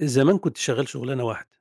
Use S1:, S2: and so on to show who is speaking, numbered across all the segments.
S1: زمان كنت شغال شغلانة واحدة،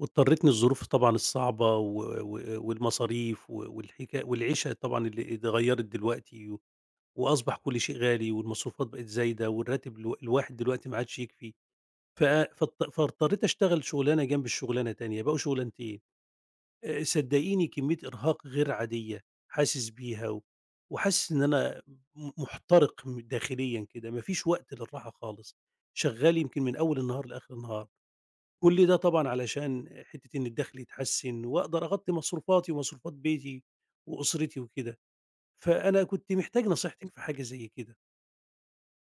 S1: واضطرتني الظروف طبعًا الصعبة و و والمصاريف والحكا والعيشة طبعًا اللي اتغيّرت دلوقتي، وأصبح كل شيء غالي والمصروفات بقت زايدة والراتب الواحد دلوقتي ما عادش يكفي، ف فاضط فاضطريت أشتغل شغلانة جنب الشغلانة تانية، بقوا شغلانتين. صدقيني كمية إرهاق غير عادية حاسس بيها، و وحاسس إن أنا محترق داخليًا كده، ما فيش وقت للراحة خالص، شغال يمكن من أول النهار لآخر النهار. كل ده طبعًا علشان حتّة إن الدخل يتحسّن وأقدر أغطّي مصروفاتي ومصروفات بيتي وأسرتي وكده، فأنا كنت محتاج نصيحتِك في حاجة زي كده.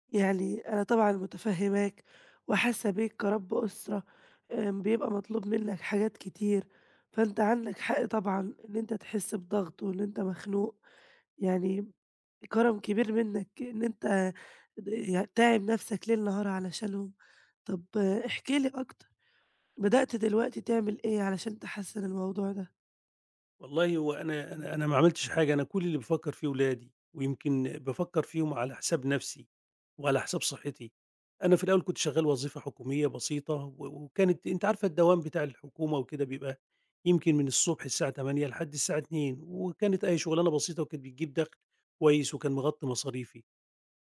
S2: يعني أنا طبعًا متفهّماك وحاسة بيك كرَب أسرة، بيبقى مطلوب منّك حاجات كتير، فأنت عندك حق طبعًا إن أنت تحس بضغط وإن أنت مخنوق، يعني كرم كبير منّك إن أنت د ي تاعب نَفْسك ليل نهار علشانهم. طَب احكِ لي أكتر، بدأت دلوقتي تعمل إيه علشان تحسّن الموضوع ده؟
S1: والله هو أنا ما عملتش حاجة، أنا كل اللي بافكّر فيه ولادي، ويمكن بافكّر فيهم على حساب نَفْسي وعلى حساب صحّتي. أنا في الأول كنت شغّال وظيفة حكومية بسيطة وكانت أنتِ عارفة الدوام بتاع الحكومة وكده بيبقى يمكن من الصبح الساعة 08:00 لحد الساعة 14:00، وكانت أهي شُغلانة بسيطة وكانت بتجيب دَخْل كويس وكان مغطّي مصاريفي.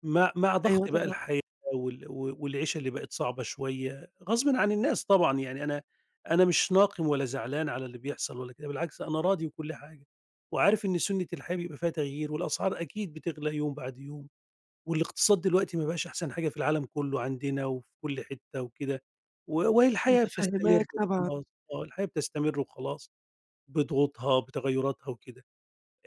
S1: مع
S2: أيوه
S1: ضغط بقى
S2: طبعًا.
S1: الحياة والعيشة اللي بقت صعبة شوية، غصبًا عن الناس طبعًا، يعني أنا مش ناقم ولا زعلان على اللي بيحصل ولا كده، بالعكس أنا راضي وكل حاجة، وعارف إن سُنّة الحياة بيبقى فيها تغيير، والأسعار أكيد بتغلى يوم بعد يوم، والاقتصاد دلوقتي ما بقاش أحسن حاجة في العالم كلّه عندنا وفي كل حتّة وكده، وهي الحياة بتستمر
S2: متفهّماك طبعًا،
S1: وخلاص. آه، الحياة بتستمر وخلاص بضغوطها بتغيراتها وكده.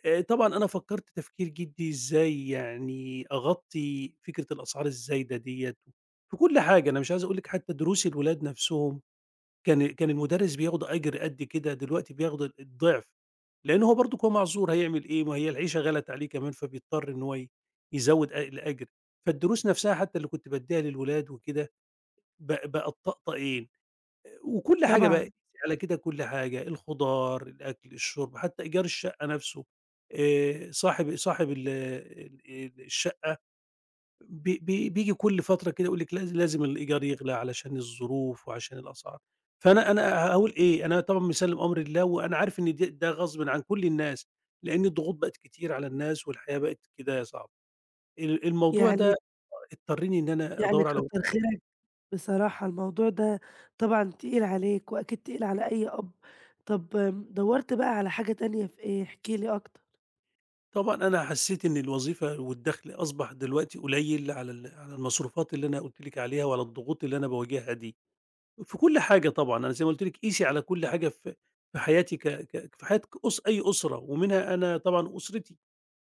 S1: طبعًا أنا فكّرت تفكير جدّي إزاي يعني أغطّي فكرة الأسعار الزايدة ديّة، في كل حاجة، أنا مش عايز أقول لِك حتّى دروس الولاد نَفْسهم كان المدرس بياخُد أجر قد كده، دلوقتي بياخُد الضِعف، لإن هو برضُك هو معذور هيعمل إيه، ما هي العيشة غلت عليه كمان فبيضطر إن هو يزوّد الأجر، فالدروس نَفْسها حتّى اللي كنت بادّيها للولاد وكده بقت طقطقين. وكل حاجة بقى،
S2: طبعًا.
S1: قيسي على كده كل حاجة، الخضار، الأكل، الشرب، حتى إيجار الشقة نفسه، صاحب ال ال الشقة بي بي بييجي كل فترة كده يقول لِك لازم الإيجار يغلى علشان الظروف وعشان الأسعار، فأنا هاقول إيه، أنا طبعًا مسلِّم أمري لله وأنا عارف إن ده غصبٍ عن كل الناس، لأن الضغوط بقت كتير على الناس والحياة بقت كده صعبة، الموضوع
S2: يعني
S1: ده اضطرّني إن أنا
S2: يعني
S1: أدوّر على.
S2: كتّر خيرك، بصراحة الموضوع ده طبعًا تقيل عليك، وأكيد تقيل على أي أب. طب دوّرت بقى على حاجة تانية في إيه؟ احكِ لي أكتر.
S1: طبعًا أنا حسّيت إن الوظيفة والدخل أصبح دلوقتي قليّل على المصروفات اللي أنا قُلت لِك عليها وعلى الضغوط اللي أنا باواجهها دي، في كل حاجة طبعًا، أنا زي ما قُلت لِك قيسي على كل حاجة في حياتي، ك ك في حياة أي أسرة ومنها أنا طبعًا أسرتي.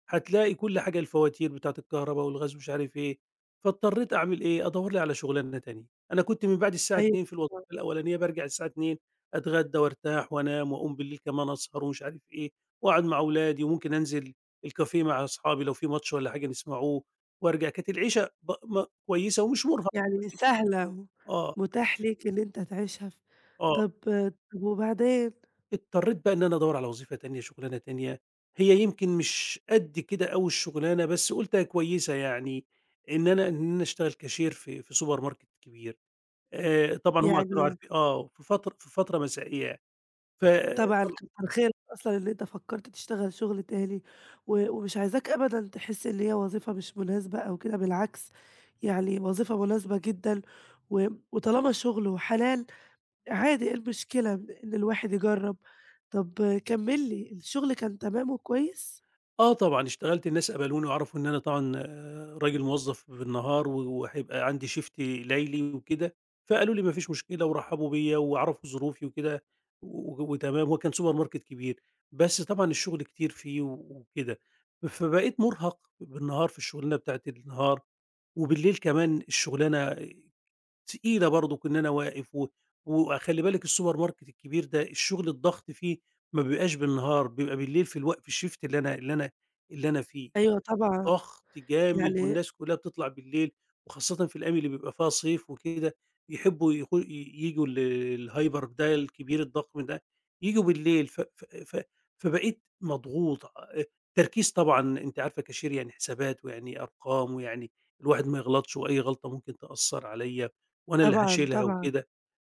S1: هتلاقي كل حاجة الفواتير بتاعة الكهربا والغاز ومش عارف إيه، فاضطريت أعمل إيه، أدوّر لي على شُغلانة تانية، أنا كنت من بعد الساعة
S2: أيوه.
S1: 14:00 في الوظيفة الأولانية بارجع الساعة 14:00، أتغدى وارتاح وانام واقوم بالليل كمان أسهر ومش عارف إيه، واقعد مع أولادي وممكن أنزل الكافيه مع أصحابي لو في ماتش والّا حاجة نسمعوه وارجع، كانت العيشة ما كويسة ومش مرهقة.
S2: يعني سهلة
S1: آه.
S2: ومتاح ليك إن أنت تعيشها
S1: آه.
S2: طب آه، طب وبعدين؟
S1: اضطريت بقى إن أنا أدوّر على وظيفة تانية، شُغلانة تانية، هي يمكن مش قد كده أوي الشُغلانة، بس قُلت كويسة يعني، إن أنا أشتغل كاشير في سوبر ماركت كبير. طبعًا هم كانوا
S2: يعني
S1: عارفين، آه، في فترة مسائية. ف
S2: طبعًا كتر خيرك أصلًا إن أنت فكّرت تشتغل شغل تاني، و ومش عايزاك أبدًا تحس إن هي وظيفة مش مناسبة أو كده، بالعكس يعني وظيفة مناسبة جدًا، و وطالما شغل وحلال عادي إيه المشكلة إن الواحد يجرّب. طب كمّل لي، الشغل كان تمام وكويس؟
S1: آه طبعًا، اشتغلت الناس قبلوني وعرفوا إن أنا طبعًا، آه، راجل موظّف بالنهار و وهيبقى عندي shift ليلي وكده، فقالوا لي: "ما فيش مشكلة." ورحّبوا بيّا وعرفوا ظروفي وكده، وتمام، هو كان سوبر ماركت كبير، بس طبعًا الشغل كتير فيه وكده، فبقيت مُرهَق بالنهار في الشغلانة بتاعة النهار وبالليل كمان الشغلانة تقيلة برضُك إن أنا واقف، و وخلّي بالِك السوبر ماركت الكبير ده الشغل الضغط فيه ما بيبقاش بالنهار، بيبقى بالليل في الShift اللي أنا فيه.
S2: أيوه طبعًا.
S1: ضغط جامد
S2: يعني
S1: والناس كلها بتطلع بالليل، وخاصةً في الأيام اللي بيبقى فيها صيف وكده، يحبوا ييجوا الهايبر ده الكبير الضخم ده، ييجوا بالليل ف ف ف فبقيت مضغوط. التركيز طبعًا أنتِ عارفة كاشير يعني حسابات ويعني أرقام ويعني الواحد ما يغلطش وأي غلطة ممكن تأثّر عليَّ وأنا اللي
S2: طبعًا،
S1: هاشيلها
S2: طبعًا.
S1: وكده،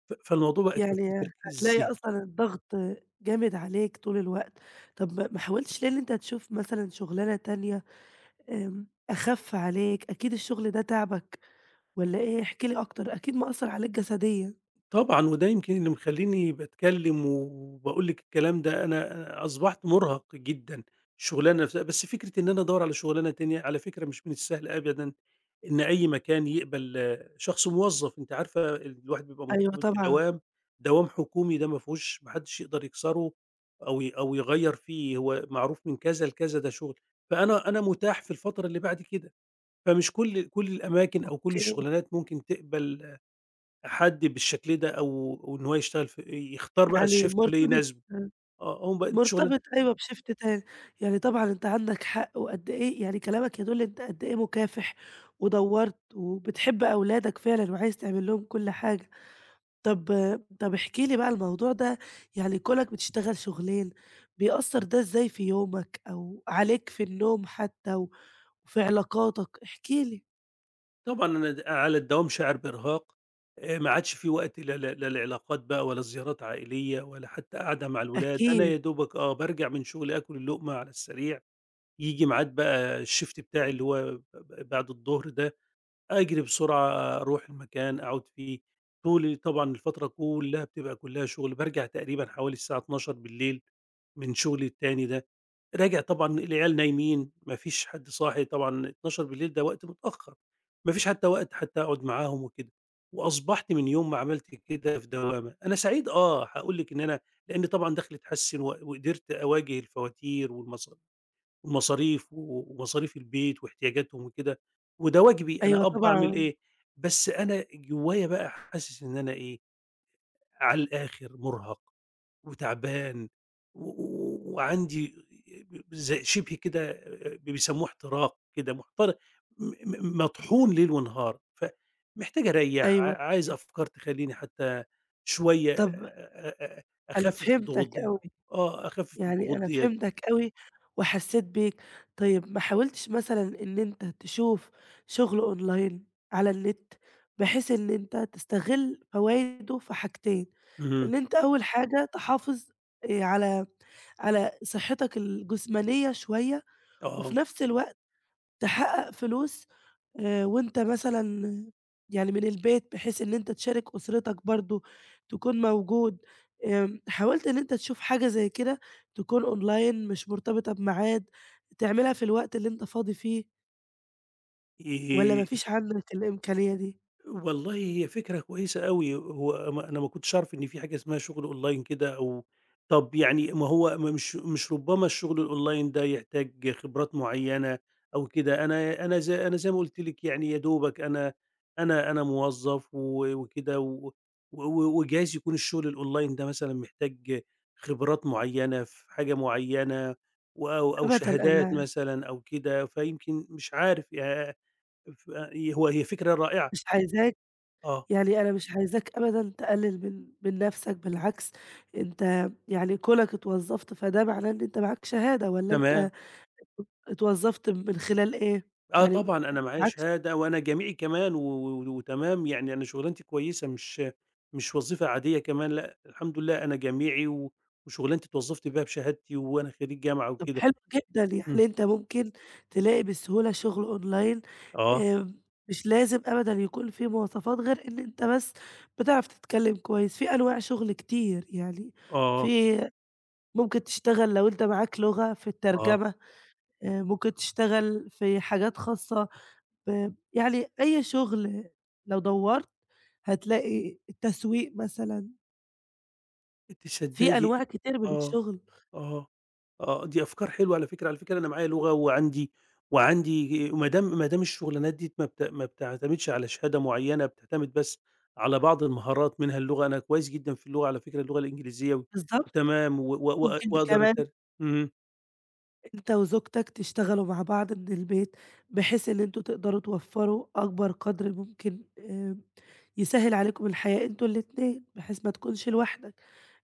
S1: فالموضوع بقى كان في
S2: يعني
S1: تركيز
S2: هتلاقي
S1: ذهني
S2: أصلًا الضغط جامد عليك طول الوقت. طب ما حاولتش ليه إن أنت تشوف مثلًا شُغلانة تانية أخَف عليك؟ أكيد الشغل ده تعبك والّا إيه؟ احكِ لي أكتر، أكيد مأثّر عليك جسديًا.
S1: طبعًا، وده يمكن اللي مخلّيني باتكلّم وباقول لِك الكلام ده. أنا أصبحت مُرهَق جدًا، الشُغلانة نفسها بس فكرة إن أنا أدوّر على شُغلانة تانية، على فكرة مش من السهل أبدًا إن أي مكان يقبل، آه، شخص موظّف، أنتِ عارفة الواحد بيبقى
S2: أيوه
S1: مرتبط
S2: طبعًا.
S1: بدوام، دوام حكومي ده ما فيهوش ما حدّش يقدر يكسره أو يغيّر فيه، هو معروف من كذا لكذا ده شُغل، فأنا مُتاح في الفترة اللي بعد كده، فمش كل الأماكن أو كل
S2: أوكي.
S1: الشُغلانات ممكن تقبل حد بالشكل ده، وإن هو يشتغل يختار بقى
S2: يعني
S1: الShift اللي
S2: مرتبط
S1: يناسبه. آه، هم بقى الشغلانة.
S2: مرتبط أيوه بShift تاني، يعني طبعًا أنت عندك حق، وقد إيه يعني كلامك يدل أنت قد إيه مكافح، ودوّرت وبتحب أولادك فعلًا وعايز تعمل لهم كل حاجة. طب طب احكِ لي بقى الموضوع ده، يعني كونك بتشتغل شغلين، بيأثّر ده إزاي في يومك أو عليك في النوم حتى و وفي علاقاتك؟ احكِ لي.
S1: طبعًا أنا، على الدوام شاعر بإرهاق، ما عادش في وقت، لا لعلاقات بقى ولا زيارات عائلية ولا حتى قعدة مع الولاد، أنا يا
S2: أكيد.
S1: دوبك، بارجع من شغلي آكل اللقمة على السريع، ييجي ميعاد بقى الShift بتاعي اللي هو ب ب بعد الضهر ده أجري بسرعة أروح المكان أقعد فيه، طول طبعًا الفترة كلّها بتبقى كلّها شغل، بارجع تقريبًا حوالي الساعة 00:00 من شغلي التاني ده، راجع طبعًا العيال نايمين ما فيش حد صاحي طبعًا 00:00، ده وقت متأخر، ما فيش حتى وقت حتى أقعد معاهم وكده، وأصبحت من يوم ما عملت كده في دوامة. أنا سعيد، هاقول لِك إن أنا، لإن طبعًا دخلي اتحسن وقدرت أواجه الفواتير والمصاريف، ومصاريف ومصاريف البيت واحتياجاتهم وكده، وده واجبي
S2: أيوه
S1: أنا أعمل
S2: طبعًا.
S1: إيه. بس أنا جوايا بقى حاسس إن أنا إيه، على الآخر مُرهَق وتعبان و و وعندي زي شِبه كده، بيسموه احتراق كده، محتر م م مطحون ليل ونهار، فمحتاج أريّح،
S2: أيوه.
S1: عايز أفكار تخلّيني حتى شوية أ
S2: طب
S1: أ أ
S2: أنا
S1: أخفِّف الضغوط
S2: فهمتك
S1: دي.
S2: أوي.
S1: آه، أخفِّف
S2: يعني
S1: الضغوط
S2: أنا
S1: ديّة.
S2: فهمتك أوي وحسّيت بيك. طيب ما حاولتش مثلًا إن أنت تشوف شغل online على النت، بحيث إن أنت تستغل فوايده في حاجتين،
S1: اهم،
S2: إن أنت أول حاجة تحافظ آآ على على صحتك الجسمانية شوية، وفي
S1: آه،
S2: نفس الوقت تحقّق فلوس، وأنت مثلًا يعني من البيت بحيث إن أنت تشارك أسرتك برضه، تكون موجود. حاولت إن أنت تشوف حاجة زي كده تكون أونلاين مش مرتبطة بميعاد، تعملها في الوقت اللي أنت فاضي فيه
S1: ي
S2: والّا ما فيش عندك الإمكانية دي؟
S1: والله هي فكرة كويسة أوي، هو ما أنا ما كنتش أعرف إن في حاجة اسمها شغل أونلاين كده أو. طَب يعني، ما هو، ما مش مش ربما الشغل الأونلاين ده يحتاج خبرات معيّنة أو كده، أنا زي ما قُلت لِك يعني يا دوبك أنا موظّف وكده و و وجايز يكون الشغل الأونلاين ده مثلًا محتاج خبرات معيّنة في حاجة معيّنة و أو أو
S2: أبدًا،
S1: شهادات
S2: أنا
S1: مثلًا أو كده، فيمكن مش عارف. يع ف هو هي فكرة رائعة.
S2: مش عايزاك،
S1: آه.
S2: يعني أنا مش عايزاك أبدًا تقلل من نفسك بالعكس، أنت يعني كونك اتوظفت فده معناه إن أنت معاك شهادة والّا أنت
S1: تمام.
S2: اتوظفت من خلال إيه؟
S1: آه
S2: يعني
S1: طبعًا أنا معايا
S2: معاك.
S1: شهادة وأنا جامعي كمان و و وتمام، يعني أنا شُغلانتي كويسة، مش وظيفة عادية كمان لأ، الحمد لله أنا جامعي وشُغلانتي اتوظّفت بيها بشهادتي وأنا خريج جامعة
S2: طب
S1: وكده.
S2: حلو جدًا،
S1: إمم.
S2: يعني أنت ممكن تلاقي بسهولة شغل أونلاين.
S1: آه،
S2: آمم، مش لازم أبدًا يكون في مواصفات غير إن أنت بس بتعرف تتكلم كويس، في أنواع شغل كتير يعني،
S1: آه،
S2: في ممكن تشتغل لو أنت معاك لغة في
S1: آه.
S2: الترجمة، ممكن تشتغل في حاجات خاصة يعني أي شغل لو دورت هتلاقي، التسويق مثلًا،
S1: تصدّقي
S2: في
S1: دي.
S2: أنواع كتير من
S1: آه،
S2: الشغل.
S1: آه. آه، دي أفكار حلوة على فكرة، على فكرة أنا معايا لغة وعندي، ما دام الشغلانات دي ما بتعتمدش على شهادة معيّنة، بتعتمد بس على بعض المهارات منها اللغة، أنا كويس جدًا في اللغة، على فكرة اللغة الإنجليزية،
S2: بالضبط.
S1: وتمام و و وأ
S2: ممكن
S1: وأقدر
S2: كمان
S1: إمم.
S2: أنت وزوجتك تشتغلوا مع بعض من البيت، بحيث إن أنتم تقدروا توفّروا أكبر قدر ممكن. يسهّل عليكم الحياة أنتم الاتنين، بحيث ما تكونش لوحدك.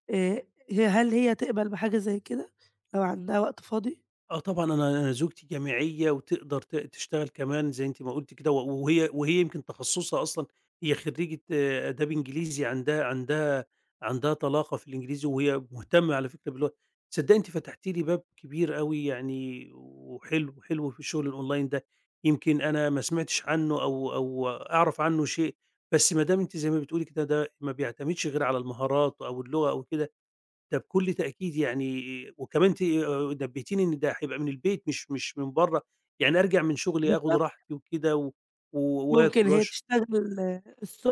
S2: آآ، هل هي تقبل بحاجة زي كده لو عندها وقت فاضي؟
S1: آه طبعًا، أنا زوجتي جامعية وتقدر تشتغل كمان زي أنتِ ما قُلتِ كده، و وهي وهي يمكن تخصُّصها أصلًا هي خرّيجة، آه، آداب إنجليزي، عندها طلاقة في الإنجليزي وهي مهتمة على فكرة باللغة. تصدّقي أنتِ فتحتِ لي باب كبير أوي يعني وحلو، حلو في الشغل الأونلاين ده، يمكن أنا ما سمعتش عنه أو أعرف عنه شيء، بس ما دام أنتِ زي ما بتقولي كده ده ما بيعتمدش غير على المهارات أو اللغة أو كده، ده بكل تأكيد يعني، وكمان نبّهتيني إن ده هيبقى من البيت، مش من برّه، يعني أرجع من شغلي آخُد
S2: بالضبط،
S1: راحتي وكده و و
S2: ممكن
S1: وآكُل
S2: هي
S1: وأشرب.
S2: تشتغل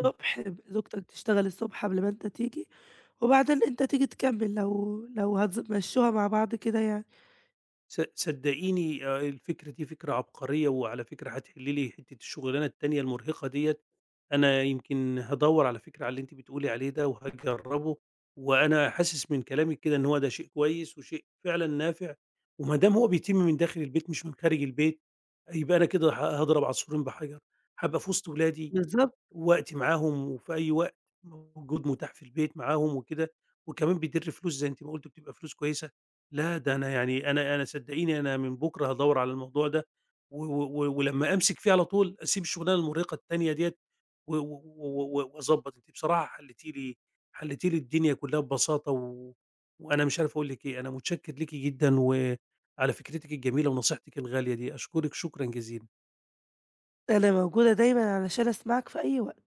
S1: إمم.
S2: زوجتك تشتغل الصبح قبل ما أنت تيجي، وبعدين أنت تيجي تكمّل، لو مشّوها مع بعض كده يعني.
S1: صدّقيني، الفكرة دي فكرة عبقرية وعلى فكرة هتحل لي حتّة الشغلانة التانية المرهقة ديّة، أنا يمكن هادوّر على فكرة على اللي أنتِ بتقولي عليه ده وهاجرّبه، وأنا حاسس من كلامِك كده إن هو ده شيء كويس وشيء فعلًا نافع، وما دام هو بيتم من داخل البيت مش من خارج البيت يبقى أنا كده هاضرب عصفورين بحجر، هابقى في وسط ولادي
S2: بالضبط،
S1: وقتي معاهم، وفي أي وقت موجود متاح في البيت معاهم وكده، وكمان بيدِر فلوس زي أنتِ ما قُلتِ بتبقى فلوس كويسة. لا، ده أنا يعني، أنا أنا صدقيني أنا من بُكرة هادوّر على الموضوع ده، و و و ولمّا أمسك فيه على طول أسيب الشغلانة المُرهقة التانية ديّة و و و و وأضبّط. أنتِ بصراحة، حلّيتِ لي الدنيا كلّها ببساطة، و وأنا مش عارف أقول لِك إيه، أنا متشكّر ليكِ جدًا، وعلى فكرتِك الجميلة ونصيحتِك الغالية دي، أشكرِك شكرًا جزيلًا.
S2: أنا موجودة دايمًا علشان أسمعك في أي وقت.